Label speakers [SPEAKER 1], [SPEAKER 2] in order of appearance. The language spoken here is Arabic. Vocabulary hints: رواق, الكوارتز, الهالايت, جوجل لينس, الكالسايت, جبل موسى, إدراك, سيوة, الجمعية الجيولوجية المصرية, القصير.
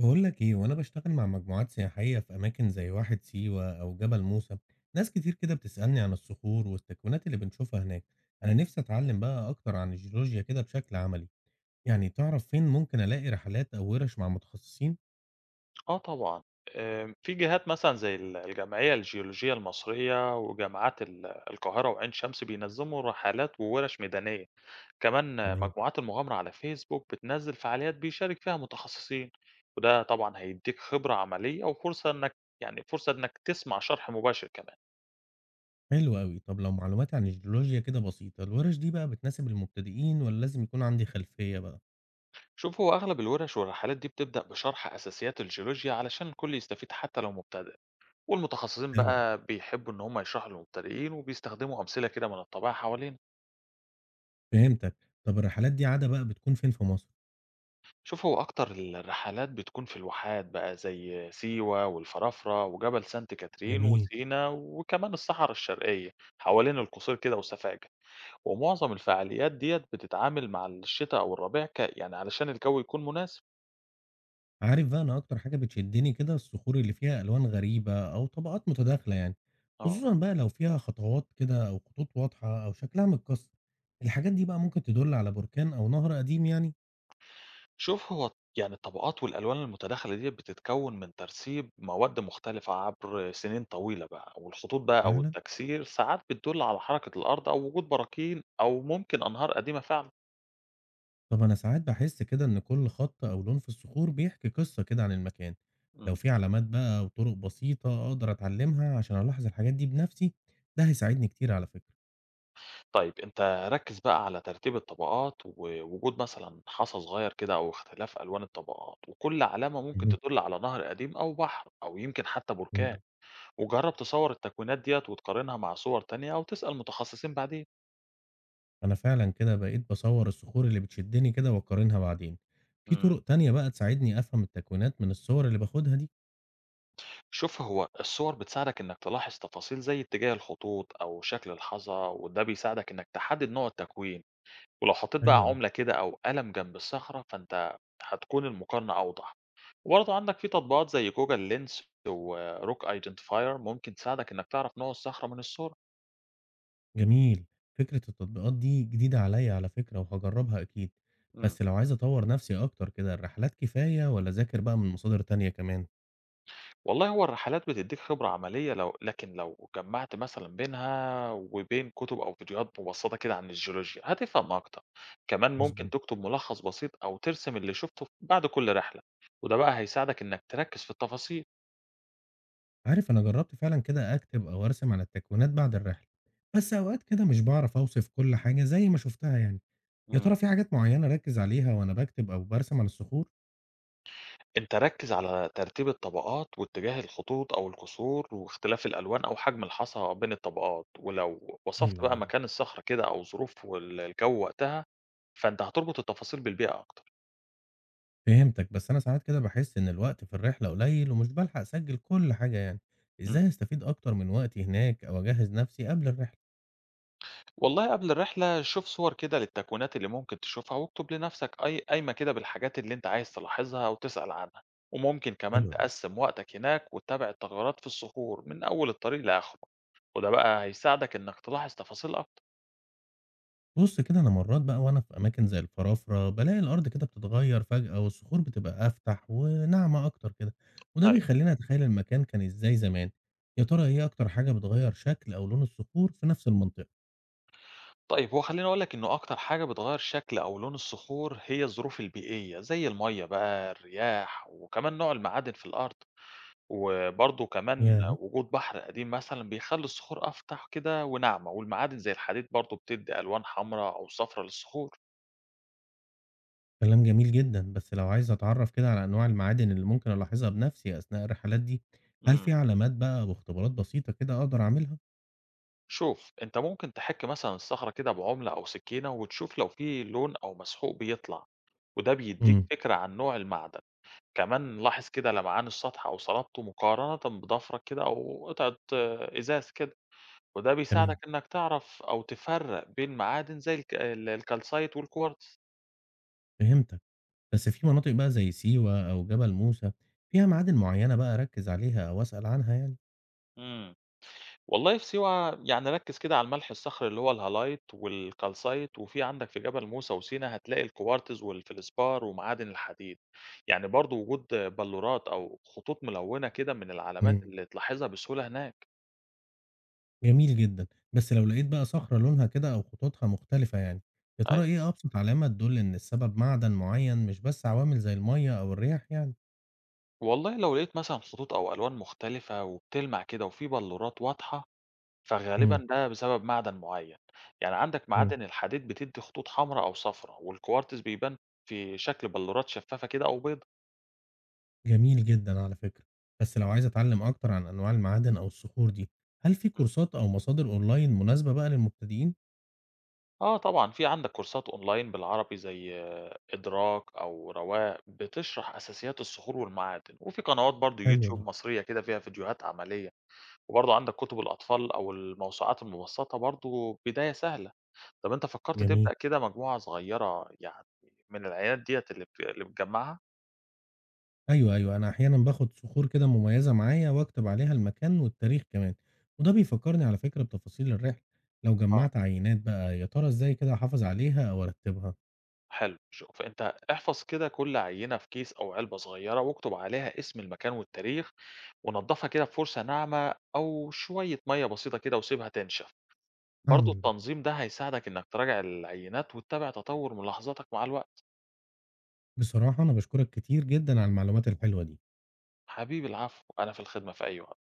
[SPEAKER 1] بقول لك ايه، وانا بشتغل مع مجموعات سياحية في اماكن زي واحد سيوة او جبل موسى، ناس كتير كده بتسألني عن الصخور والتكوينات اللي بنشوفها هناك. انا نفسي اتعلم بقى اكتر عن الجيولوجيا كده بشكل عملي. يعني تعرف فين ممكن الاقي رحلات او ورش مع متخصصين؟
[SPEAKER 2] آه طبعًا، في جهات مثلًا زي ال الجمعية الجيولوجية المصرية وجامعات القاهرة وعين شمس بينظموا رحلات وورش ميدانية، كمان
[SPEAKER 1] تمام.
[SPEAKER 2] مجموعات المغامرة على فيسبوك بتنزّل فعاليات بيشارك فيها متخصصين، وده طبعًا هيدّيك خبرة عملية وفرصة إنك يعني فرصة إنك تسمع شرح مباشر كمان.
[SPEAKER 1] حلو قوي. طب لو معلومات عن الجيولوجيا كده بسيطة، الورش دي بقى بتناسب المبتدئين ولا لازم يكون عندي خلفية بقى؟
[SPEAKER 2] شوف هو أغلب الورش والرحلات دي بتبدأ بشرح أساسيات الجيولوجيا علشان الكل يستفيد حتى لو مبتدئ، والمتخصصين
[SPEAKER 1] حلو قوي.
[SPEAKER 2] بقى بيحبوا إن هم يشرحوا للمبتدئين وبيستخدموا أمثلة كده من الطبيعة حوالينا.
[SPEAKER 1] فهمتك. طب الرحلات دي عادة بقى بتكون فين في مصر؟
[SPEAKER 2] شوف هو أكتر الرحلات بتكون في الواحات بقى زي سيوة والفرافرة وجبل سانت كاترين
[SPEAKER 1] جميل.
[SPEAKER 2] وسينا وكمان الصحراء الشرقية حوالين القصير كده وسفاجة. ومعظم الفعاليات ديت بتتعامل مع الشتاء أو الربيع ك... يعني علشان الجو يكون مناسب.
[SPEAKER 1] عارف بقى، أنا أكتر حاجة بتشدني كده الصخور اللي فيها ألوان غريبة أو طبقات متداخلة يعني.
[SPEAKER 2] اه،
[SPEAKER 1] خصوصا بقى لو فيها خطوات كده أو خطوط واضحة أو شكلها متكسر. الحاجات دي بقى ممكن تدل على بركان أو نهر قديم يعني.
[SPEAKER 2] شوف هو يعني الطبقات والألوان المتداخلة ديت بتتكون من ترسيب مواد مختلفة عبر سنين طويلة بقى، والخطوط بقى أو
[SPEAKER 1] فعلا.
[SPEAKER 2] التكسير ساعات بتدل على حركة الأرض أو وجود براكين أو ممكن أنهار قديمة فعلا.
[SPEAKER 1] طب أنا ساعات بحس كده إن كل خط أو لون في الصخور بيحكي قصة كده عن المكان. لو
[SPEAKER 2] مم.
[SPEAKER 1] في علامات بقى وطرق بسيطة أقدر أتعلمها عشان ألاحظ الحاجات دي بنفسي، ده هيساعدني كتير على فكرة.
[SPEAKER 2] طيب أنت ركّز بقى على ترتيب الطبقات، ووجود مثلًا حصى صغير كده أو اختلاف ألوان الطبقات، وكل علامة ممكن تدل على نهر قديم أو بحر أو يمكن حتى بركان،
[SPEAKER 1] مهم.
[SPEAKER 2] وجرّب تصوّر التكوينات ديّة وتقارنها مع صور تانية أو تسأل متخصصين بعدين.
[SPEAKER 1] أنا فعلًا كده بقيت باصوّر الصخور اللي بتشدني كده وأقارنها بعدين. في
[SPEAKER 2] امم.
[SPEAKER 1] طرق تانية بقى تساعدني أفهم التكوينات من الصور اللي باخدها دي؟
[SPEAKER 2] شوف هو الصور بتساعدك إنك تلاحظ تفاصيل زي اتجاه الخطوط أو شكل الحصى، وده بيساعدك إنك تحدد نوع التكوين، ولو حطيت بقى
[SPEAKER 1] حلو أوي.
[SPEAKER 2] عُملة كده أو قلم جنب الصخرة، فأنت هتكون المقارنة أوضح. وبرضه عندك في تطبيقات زي جوجل لينس وروك ايدنتيفاير ممكن تساعدك انك تعرف نوع الصخرة من الصورة.
[SPEAKER 1] جميل. فكرة التطبيقات دي جديدة عليّا على فكرة، وهاجرّبها أكيد.
[SPEAKER 2] امم
[SPEAKER 1] بس لو عايز أطوّر نفسي أكتر كده، الرحلات كفاية والّا أذاكر بقى من مصادر تانية كمان؟
[SPEAKER 2] والله هو الرحلات بتديك خبرة عملية لكن لو جمعت مثلا بينها وبين كتب أو فيديوهات مبسطة كده عن الجيولوجيا هتفهم أكتر. كمان ممكن
[SPEAKER 1] مضبوط.
[SPEAKER 2] تكتب ملخص بسيط أو ترسم اللي شفته بعد كل رحلة، وده بقى هيساعدك إنك تركز في التفاصيل.
[SPEAKER 1] عارف، أنا جرّبت فعلًا كده أكتب أو أرسم عن التكوينات بعد الرحلة، بس أوقات كده مش باعرف أوصف كل حاجة زي ما شُفتها يعني. يا ترى في حاجات معيّنة أركّز عليها وأنا باكتب أو بارسم عن الصخور؟
[SPEAKER 2] أنت ركّز على ترتيب الطبقات واتجاه الخطوط أو الكسور واختلاف الألوان أو حجم الحصى بين الطبقات، ولو وصفت
[SPEAKER 1] أيوه،
[SPEAKER 2] بقى
[SPEAKER 1] أيوه.
[SPEAKER 2] مكان الصخرة كده أو ظروف الجو وقتها، فأنت هتربط التفاصيل بالبيئة أكتر.
[SPEAKER 1] فهمتك، بس أنا ساعات كده باحس إن الوقت في الرحلة قليل ومش بالحق أسجّل كل حاجة يعني،
[SPEAKER 2] إمم.
[SPEAKER 1] إزاي أستفيد أكتر من وقتي هناك أو أجهّز نفسي قبل الرحلة؟
[SPEAKER 2] والله قبل الرحلة شوف صور كده للتكوينات اللي ممكن تشوفها واكتب لنفسك أي قايمة كده بالحاجات اللي أنت عايز تلاحظها أو تسأل عنها، وممكن كمان
[SPEAKER 1] حلو ده.
[SPEAKER 2] تقسّم وقتك هناك وتتابع التغيرات في الصخور من أول الطريق لآخره، وده بقى هيساعدك إنك تلاحظ تفاصيل أكتر.
[SPEAKER 1] بُص كده، أنا مرّات بقى وأنا في أماكن زي الفرافرة بالاقي الأرض كده بتتغيّر فجأة والصخور بتبقى أفتح وناعمة أكتر كده، وده
[SPEAKER 2] أيوه.
[SPEAKER 1] بيخلّيني أتخيّل المكان كان إزاي زمان. يا ترى إيه أكتر حاجة بتغيّر شكل أو لون الصخور في نفس المنطقة؟
[SPEAKER 2] طيب هو خلّيني أقول لك إنه أكتر حاجة بتغيّر شكل أو لون الصخور هي الظروف البيئية، زي المَيّة بقى، الرياح، وكمان نوع المعادن في الأرض، وبرضه كمان
[SPEAKER 1] ياه!
[SPEAKER 2] وجود بحر قديم مثلًا بيخلّي الصخور أفتح كده وناعمة، والمعادن زي الحديد برضه بتدّي ألوان حمرا أو صفرا للصخور.
[SPEAKER 1] كلام جميل جدًا، بس لو عايز أتعرّف كده على أنواع المعادن اللي ممكن ألاحظها بنفسي أثناء الرحلات دي، هل
[SPEAKER 2] إمم.
[SPEAKER 1] في علامات بقى واختبارات بسيطة كده أقدر أعملها؟
[SPEAKER 2] شوف، أنت ممكن تحِك مثلًا الصخرة كده بعُملة أو سكينة وتشوف لو في لون أو مسحوق بيطلع، وده بيدّيك
[SPEAKER 1] إمم.
[SPEAKER 2] فكرة عن نوع المعدن. كمان لاحظ كده لمعان السطح أو صلابته مقارنة بضفرك كده أو قطعة إزاز كده، وده بيساعدك
[SPEAKER 1] تمام.
[SPEAKER 2] إنك تعرف أو تفرق بين معادن زي ال الكالسايت والكوارتز.
[SPEAKER 1] فهمتك، بس في مناطق بقى زي سيوة أو جبل موسى فيها معادن معيّنة بقى أركّز عليها أو أسأل عنها يعني؟
[SPEAKER 2] امم والله في سيوة يعني ركز كده على الملح الصخري اللي هو الهالايت والكالسايت، وفي عندك في جبل موسى وسينا هتلاقي الكوارتز والفلسبار ومعادن الحديد. يعني برضو وجود بلورات أو خطوط ملونة كده من العلامات
[SPEAKER 1] إمم.
[SPEAKER 2] اللي تلاحظها بسهولة هناك.
[SPEAKER 1] جميل جدًا. بس لو لقيت بقى صخرة لونها كده أو خطوطها مختلفة يعني، يا ترى إيه أبسط علامة تدُل إن السبب معدن معيّن مش بس عوامل زي المَيّة أو الرياح يعني؟
[SPEAKER 2] والله لو لقيت مثلًا خطوط أو ألوان مختلفة وبتلمع كده وفي بلورات واضحة،
[SPEAKER 1] إمم.
[SPEAKER 2] فغالبًا ده بسبب معدن معين، يعني عندك
[SPEAKER 1] إمم.
[SPEAKER 2] معادن الحديد بتدي خطوط حمراء أو صفراء، والكوارتز بيبان في شكل بلورات شفافة كده أو بيضة.
[SPEAKER 1] جميل جدًا على فكرة، بس لو عايز أتعلم أكتر عن أنواع المعادن أو الصخور دي، هل في
[SPEAKER 2] إمم.
[SPEAKER 1] كورسات أو مصادر أونلاين مناسبة بقى للمبتدئين؟
[SPEAKER 2] آه طبعًا في عندك كورسات أونلاين بالعربي زي إدراك أو رواق بتشرح أساسيات الصخور والمعادن، وفي قنوات برضه
[SPEAKER 1] حلو
[SPEAKER 2] يوتيوب
[SPEAKER 1] ده.
[SPEAKER 2] مصرية كده فيها فيديوهات عملية، وبرضه عندك كتب الأطفال أو الموسوعات المبسطة برضه بداية سهلة. طب أنت فكّرت
[SPEAKER 1] جميل.
[SPEAKER 2] تبدأ كده مجموعة صغيّرة يعني من العينات ديّة اللي بتجمّعها؟
[SPEAKER 1] أيوه، أيوه، أنا أحيانًا باخد صخور كده مميزة معايا وأكتب عليها المكان والتاريخ كمان، وده بيفكرني على فكرة بتفاصيل الرحلة. لو
[SPEAKER 2] آه،
[SPEAKER 1] جمعت عينات بقى، يا ترى إزاي كده أحافظ عليها أو أرتبها؟
[SPEAKER 2] حلو، شوف أنت احفظ كده كل عينة في كيس أو علبة صغيّرة، واكتب عليها اسم المكان والتاريخ، ونضّفها كده بفرشة ناعمة أو شوية مَيّة بسيطة كده وسيبها تنشف، برضه
[SPEAKER 1] هاعمل ده.
[SPEAKER 2] التنظيم ده هيساعدك إنك تراجع العينات وتتابع تطوّر ملاحظاتك مع الوقت.
[SPEAKER 1] بصراحة أنا باشكرك كتير جدًا على المعلومات الحلوة دي.
[SPEAKER 2] حبيبي العفو، أنا في الخدمة في أي وقت.